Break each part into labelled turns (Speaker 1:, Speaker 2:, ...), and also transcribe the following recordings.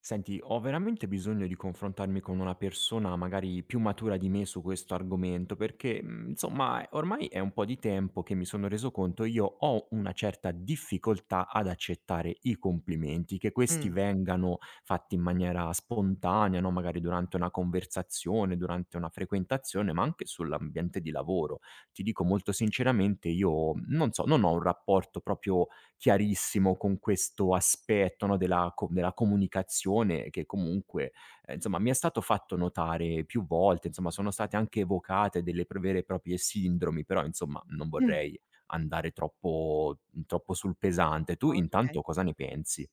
Speaker 1: Senti, ho veramente bisogno di confrontarmi con una persona magari più matura di me su questo argomento, perché insomma ormai è un po' di tempo che mi sono reso conto io ho una certa difficoltà ad accettare i complimenti, che questi
Speaker 2: Mh.
Speaker 1: vengano fatti in maniera spontanea, no? Magari durante una conversazione, durante una frequentazione, ma anche sull'ambiente di lavoro. Ti dico molto sinceramente, io non so, non ho un rapporto proprio chiarissimo con questo aspetto, no, della co della comunicazione che comunque, insomma mi è stato fatto notare più volte, insomma sono state anche evocate delle p vere e proprie sindromi, però insomma non
Speaker 2: Mh.
Speaker 1: vorrei andare troppo troppo sul pesante. Tu
Speaker 2: Okay.
Speaker 1: intanto cosa ne pensi?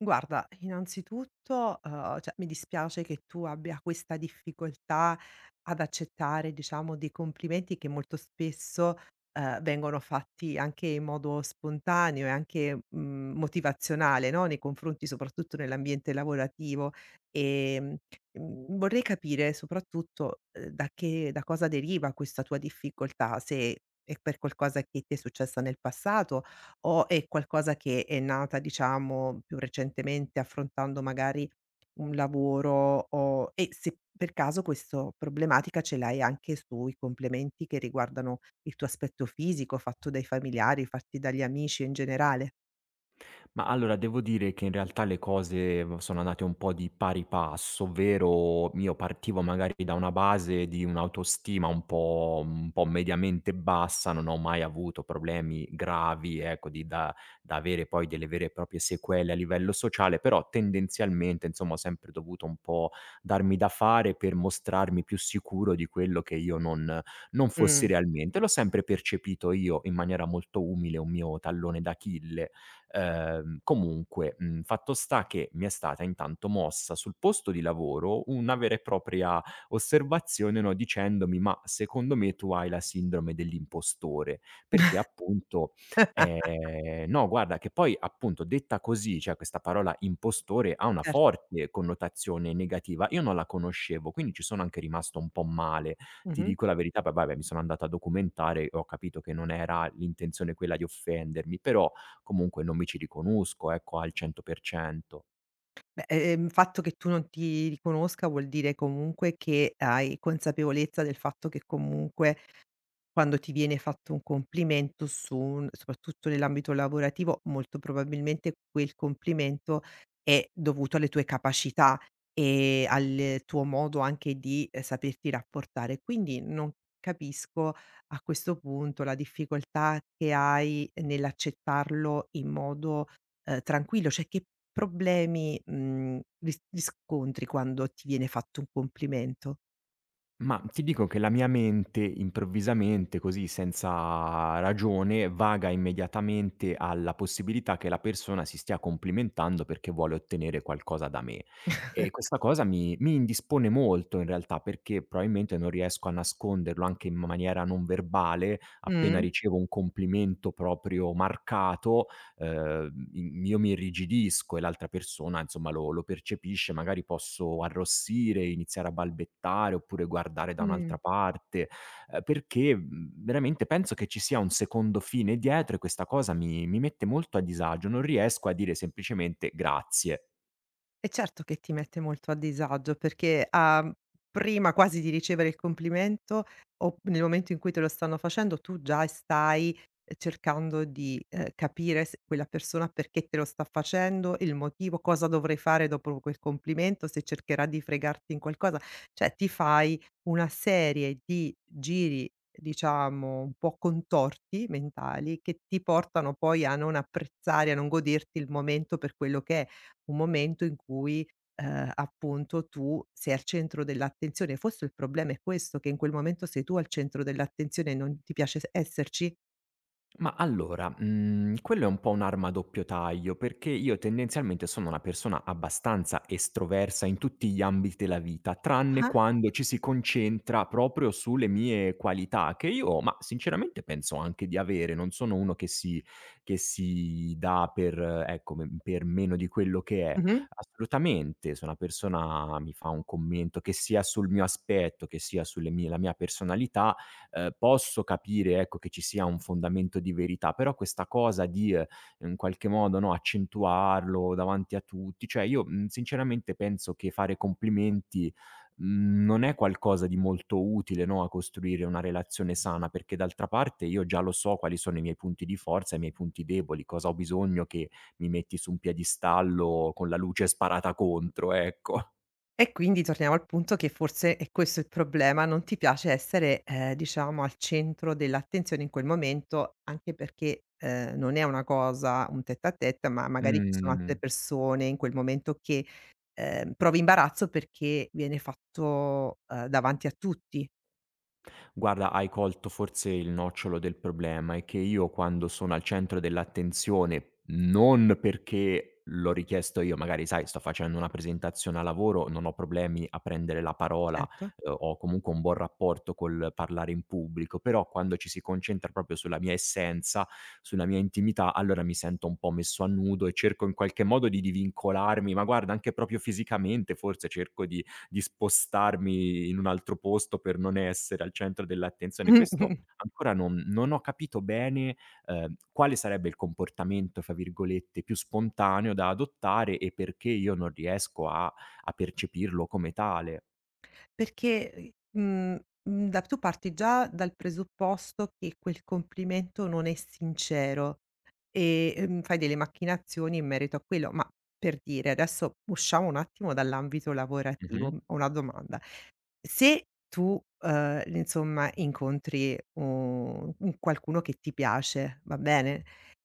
Speaker 2: Guarda, innanzitutto, cioè mi dispiace che tu abbia questa difficoltà ad accettare, diciamo, dei complimenti che molto spesso, vengono fatti anche in modo spontaneo e anche, motivazionale, no, nei confronti soprattutto nell'ambiente lavorativo. Ehm, Vorrei capire soprattutto, da cosa deriva questa tua difficoltà, se è per qualcosa che ti è successa nel passato o è qualcosa che è nata, diciamo, più recentemente affrontando magari un lavoro o e se per caso questo problematica ce l'hai anche sui complimenti che riguardano il tuo aspetto fisico, fatto dai familiari, fatti dagli amici in generale?
Speaker 1: Ma allora devo dire che in realtà le cose v sono andate un po' di pari passo, ovvero io partivo magari da una base di un'autostima un po' mediamente bassa, non ho mai avuto problemi gravi, ecco, di da da avere poi delle vere e proprie sequele a livello sociale, però tendenzialmente, insomma, ho sempre dovuto un po' darmi da fare per mostrarmi più sicuro di quello che io non fossi
Speaker 2: Mh,
Speaker 1: realmente. L'ho sempre percepito io, in maniera molto umile, un mio tallone d'Achille. Comunque, fatto sta che mi è stata intanto mossa sul posto di lavoro una vera e propria osservazione, no, dicendomi: "Ma secondo me tu hai la sindrome dell'impostore", perché appunto no guarda che poi appunto detta così, cioè questa parola impostore ha una
Speaker 2: cer
Speaker 1: forte connotazione negativa. Io non la conoscevo, quindi ci sono anche rimasto un po' male. Ti
Speaker 2: mh-mh.
Speaker 1: dico la verità, poi vabbè mi sono andato a documentare e ho capito che non era l'intenzione quella di offendermi, però comunque non mi ci riconosco, ecco, al 100%.
Speaker 2: Beh, il fatto che tu non ti riconosca vuol dire comunque che hai consapevolezza del fatto che comunque, quando ti viene fatto un complimento su un soprattutto nell'ambito lavorativo, molto probabilmente quel complimento è dovuto alle tue capacità e al tuo modo anche di, saperti rapportare. Quindi non capisco a questo punto la difficoltà che hai nell'accettarlo in modo, tranquillo, cioè che problemi, riscontri quando ti viene fatto un complimento?
Speaker 1: Ma ti dico che la mia mente improvvisamente, così senza ragione, vaga immediatamente alla possibilità che la persona si stia complimentando perché vuole ottenere qualcosa da me. E questa cosa mi indispone molto in realtà perché probabilmente non riesco a nasconderlo anche in maniera non verbale, appena
Speaker 2: Mh,
Speaker 1: ricevo un complimento proprio marcato, in io mi irrigidisco e l'altra persona insomma lo percepisce, magari posso arrossire, iniziare a balbettare oppure guardare da un'altra
Speaker 2: mh.
Speaker 1: parte, perché, veramente penso che ci sia un secondo fine dietro e questa cosa mi mette molto a disagio, non riesco a dire semplicemente: "Grazie".
Speaker 2: E certo che ti mette molto a disagio perché, a prima quasi di ricevere il complimento o nel momento in cui te lo stanno facendo, tu già stai cercando di, capire se quella persona perché te lo sta facendo, il motivo, cosa dovrei fare dopo quel complimento, se cercherà di fregarti in qualcosa. Cioè ti fai una serie di giri, diciamo, un po' contorti mentali che ti portano poi a non apprezzare, a non goderti il momento per quello che è un momento in cui, appunto tu sei al centro dell'attenzione. Forse il problema è questo, che in quel momento sei tu al centro dell'attenzione e non ti piace s esserci?
Speaker 1: Ma allora, quello è un po' un'arma a doppio taglio, perché io tendenzialmente sono una persona abbastanza estroversa in tutti gli ambiti della vita, tranne
Speaker 2: Ah-ah.
Speaker 1: quando ci si concentra proprio sulle mie qualità che io, mah, sinceramente penso anche di avere. Non sono uno che si dà per ecco, me per meno di quello che è.
Speaker 2: Mh-mh.
Speaker 1: Assolutamente, se una persona mi fa un commento, che sia sul mio aspetto, che sia sulle mie la mia personalità, posso capire, ecco, che ci sia un fondamento di verità, però questa cosa di, in qualche modo, no, accentuarlo davanti a tutti, cioè io, sinceramente penso che fare complimenti, non è qualcosa di molto utile, no, a costruire una relazione sana, perché d'altra parte io già lo so quali sono i miei punti di forza e i miei punti deboli, cosa ho bisogno che mi metti su un piedistallo con la luce sparata contro, ecco.
Speaker 2: E quindi torniamo al punto che forse è questo il problema, non ti piace essere, diciamo al centro dell'attenzione in quel momento, anche perché, non è una cosa un tête à tête, ma magari ci sono altre
Speaker 1: Mh.
Speaker 2: persone in quel momento che, provi imbarazzo perché viene fatto, davanti a tutti.
Speaker 1: Guarda, hai colto forse il nocciolo del problema, è che io quando sono al centro dell'attenzione, non perché l'ho richiesto io, magari sai, sto facendo una presentazione a lavoro, non ho problemi a prendere la parola,
Speaker 2: Certo.
Speaker 1: ho comunque un buon rapporto col parlare in pubblico, però quando ci si concentra proprio sulla mia essenza, sulla mia intimità, allora mi sento un po' messo a nudo e cerco in qualche modo di divincolarmi, ma guarda, anche proprio fisicamente forse cerco di spostarmi in un altro posto per non essere al centro dell'attenzione. Questo ancora non ho capito bene, quale sarebbe il "comportamento" fra virgolette, più spontaneo da adottare e perché io non riesco a a percepirlo come tale.
Speaker 2: Perché, mhmm, mhmm, da tu parti già dal presupposto che quel complimento non è sincero, e, fai delle macchinazioni in merito a quello. Ma per dire, adesso usciamo un attimo dall'ambito lavorativo,
Speaker 1: Mh-mh.
Speaker 2: ho una domanda: se tu, insomma incontri un qualcuno che ti piace, va bene,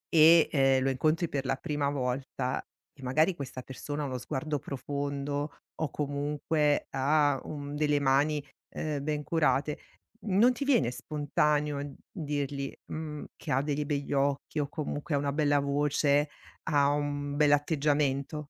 Speaker 2: e, lo incontri per la prima volta e magari questa persona ha uno sguardo profondo o comunque ha un delle mani, ben curate, non ti viene spontaneo dirgli, che ha degli begli occhi o comunque ha una bella voce, ha un bell'atteggiamento?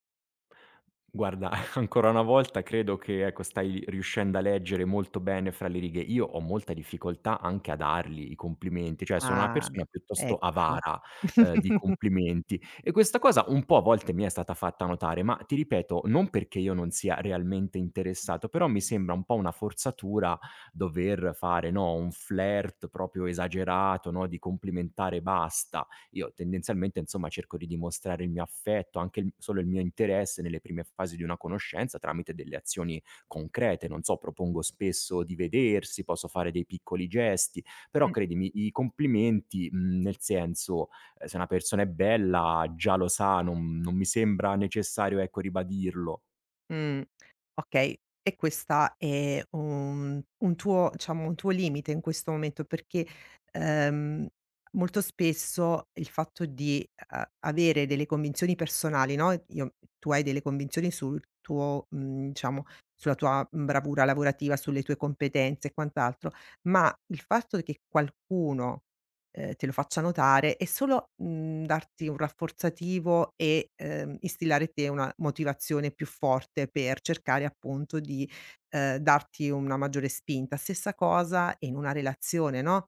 Speaker 1: Guarda, ancora una volta credo che, ecco, stai riuscendo a leggere molto bene fra le righe. Io ho molta difficoltà anche a dargli i complimenti, cioè sono una
Speaker 2: Ah,
Speaker 1: persona piuttosto
Speaker 2: ecco.
Speaker 1: avara, di complimenti e questa cosa un po' a volte mi è stata fatta notare, ma ti ripeto, non perché io non sia realmente interessato, però mi sembra un po' una forzatura dover fare, no, un flirt proprio esagerato, no, di complimentare e basta. Io tendenzialmente insomma cerco di dimostrare il mio affetto, anche solo il mio interesse nelle prime fasi di una conoscenza tramite delle azioni concrete, non so, propongo spesso di vedersi, posso fare dei piccoli gesti, però credimi, i complimenti, nel senso, se una persona è bella, già lo sa, non mi sembra necessario, ecco, ribadirlo.
Speaker 2: Mh, okay. E questa è un tuo diciamo, un tuo limite in questo momento perché, ehm, molto spesso il fatto di a avere delle convinzioni personali, no, io tu hai delle convinzioni sul tuo diciamo, sulla tua bravura lavorativa, sulle tue competenze e quant'altro, ma il fatto che qualcuno, te lo faccia notare e solo, darti un rafforzativo e, instillare in te una motivazione più forte per cercare appunto di, darti una maggiore spinta. Stessa cosa in una relazione, no,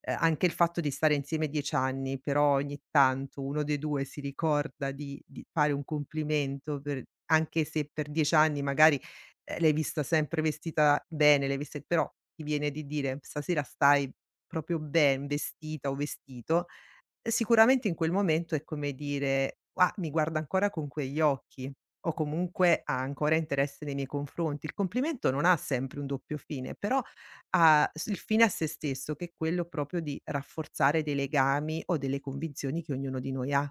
Speaker 2: anche il fatto di stare insieme 10 anni, però ogni tanto uno dei 2 si ricorda di fare un complimento per, anche se per 10 anni magari, l'hai vista sempre vestita bene, l'hai viste, però ti viene di dire: "Stasera stai proprio ben vestita o vestito", sicuramente in quel momento è come dire: "Ah, mi guarda ancora con quegli occhi" o comunque ha ancora interesse nei miei confronti. Il complimento non ha sempre un doppio fine, però ha s il fine a sé stesso, che è quello proprio di rafforzare dei legami o delle convinzioni che ognuno di noi ha.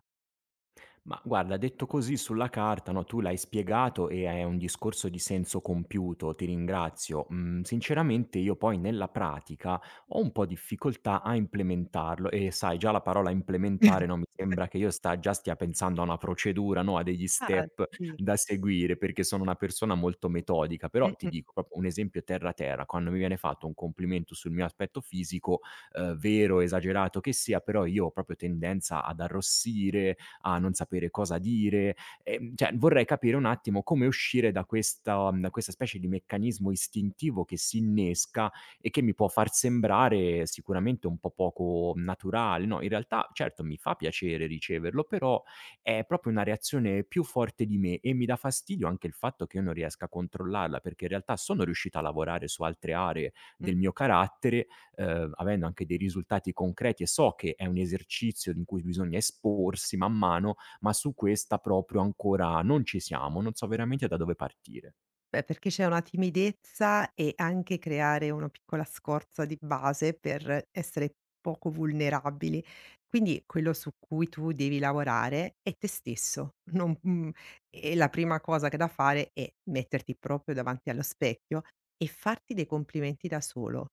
Speaker 1: Ma guarda, detto così sulla carta, no, tu l'hai spiegato e è un discorso di senso compiuto, ti ringrazio. Sinceramente io poi nella pratica ho un po' difficoltà a implementarlo e sai, già la parola implementare, no, mi sembra che io già stia pensando a una procedura, no, a degli
Speaker 2: Ah,
Speaker 1: step
Speaker 2: sì.
Speaker 1: da seguire, perché sono una persona molto metodica, però ti
Speaker 2: Mh-mh.
Speaker 1: dico proprio un esempio terra terra, quando mi viene fatto un complimento sul mio aspetto fisico, vero, esagerato che sia, però io ho proprio tendenza ad arrossire, a non sapere cosa dire. Cioè vorrei capire un attimo come uscire da questa da questa specie di meccanismo istintivo che si innesca e che mi può far sembrare sicuramente un po' poco naturale, no, in realtà certo mi fa piacere riceverlo, però è proprio una reazione più forte di me e mi dà fastidio anche il fatto che io non riesca a controllarla, perché in realtà sono riuscito a lavorare su altre aree
Speaker 2: Mh.
Speaker 1: del mio carattere avendo anche dei risultati concreti e so che è un esercizio in cui bisogna esporsi man mano, ma su questa proprio ancora non ci siamo, non so veramente da dove partire.
Speaker 2: Beh, perché c'è una timidezza e anche creare una piccola scorza di base per essere poco vulnerabili. Quindi quello su cui tu devi lavorare è te stesso. Non mhmm, E la prima cosa che da fare è metterti proprio davanti allo specchio e farti dei complimenti da solo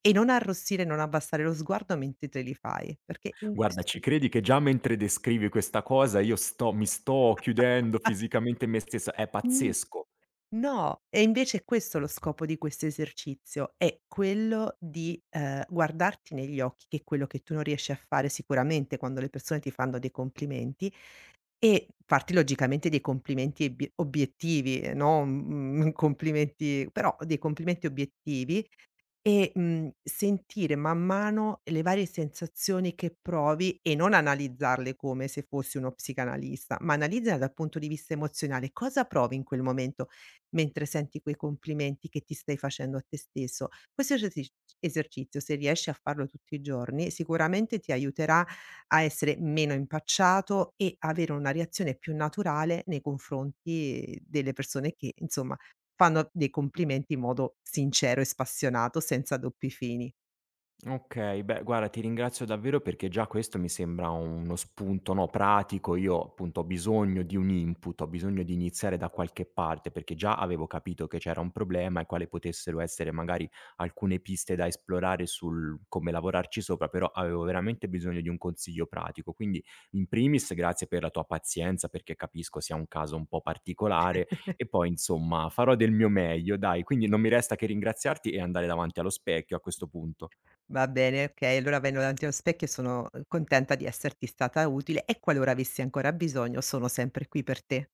Speaker 2: e non arrossire, non abbassare lo sguardo mentre te li fai, perché in
Speaker 1: Guarda,
Speaker 2: questo
Speaker 1: ci credi che già mentre descrivi questa cosa io sto mi sto chiudendo fisicamente in me stesso, è
Speaker 2: mh.
Speaker 1: pazzesco.
Speaker 2: No, e invece è questo lo scopo di questo esercizio, è quello di, guardarti negli occhi, che è quello che tu non riesci a fare sicuramente quando le persone ti fanno dei complimenti, e farti logicamente dei complimenti ebie obiettivi, non, complimenti, però dei complimenti obiettivi e, sentire man mano le varie sensazioni che provi e non analizzarle come se fossi uno psicanalista, ma analizzala dal punto di vista emozionale. Cosa provi in quel momento mentre senti quei complimenti che ti stai facendo a te stesso? Questo esercizio, se riesci a farlo tutti i giorni, sicuramente ti aiuterà a essere meno impacciato e avere una reazione più naturale nei confronti delle persone che, insomma, fanno dei complimenti in modo sincero e spassionato, senza doppi fini.
Speaker 1: Okay, beh guarda ti ringrazio davvero perché già questo mi sembra uno spunto, no, pratico. Io appunto ho bisogno di un input, ho bisogno di iniziare da qualche parte, perché già avevo capito che c'era un problema e quale potessero essere magari alcune piste da esplorare sul come lavorarci sopra, però avevo veramente bisogno di un consiglio pratico. Quindi in primis grazie per la tua pazienza, perché capisco sia un caso un po' particolare e poi insomma farò del mio meglio dai, quindi non mi resta che ringraziarti e andare davanti allo specchio a questo punto.
Speaker 2: Va bene, okay, allora vengo davanti allo specchio e sono, contenta di esserti stata utile e qualora avessi ancora bisogno sono sempre qui per te.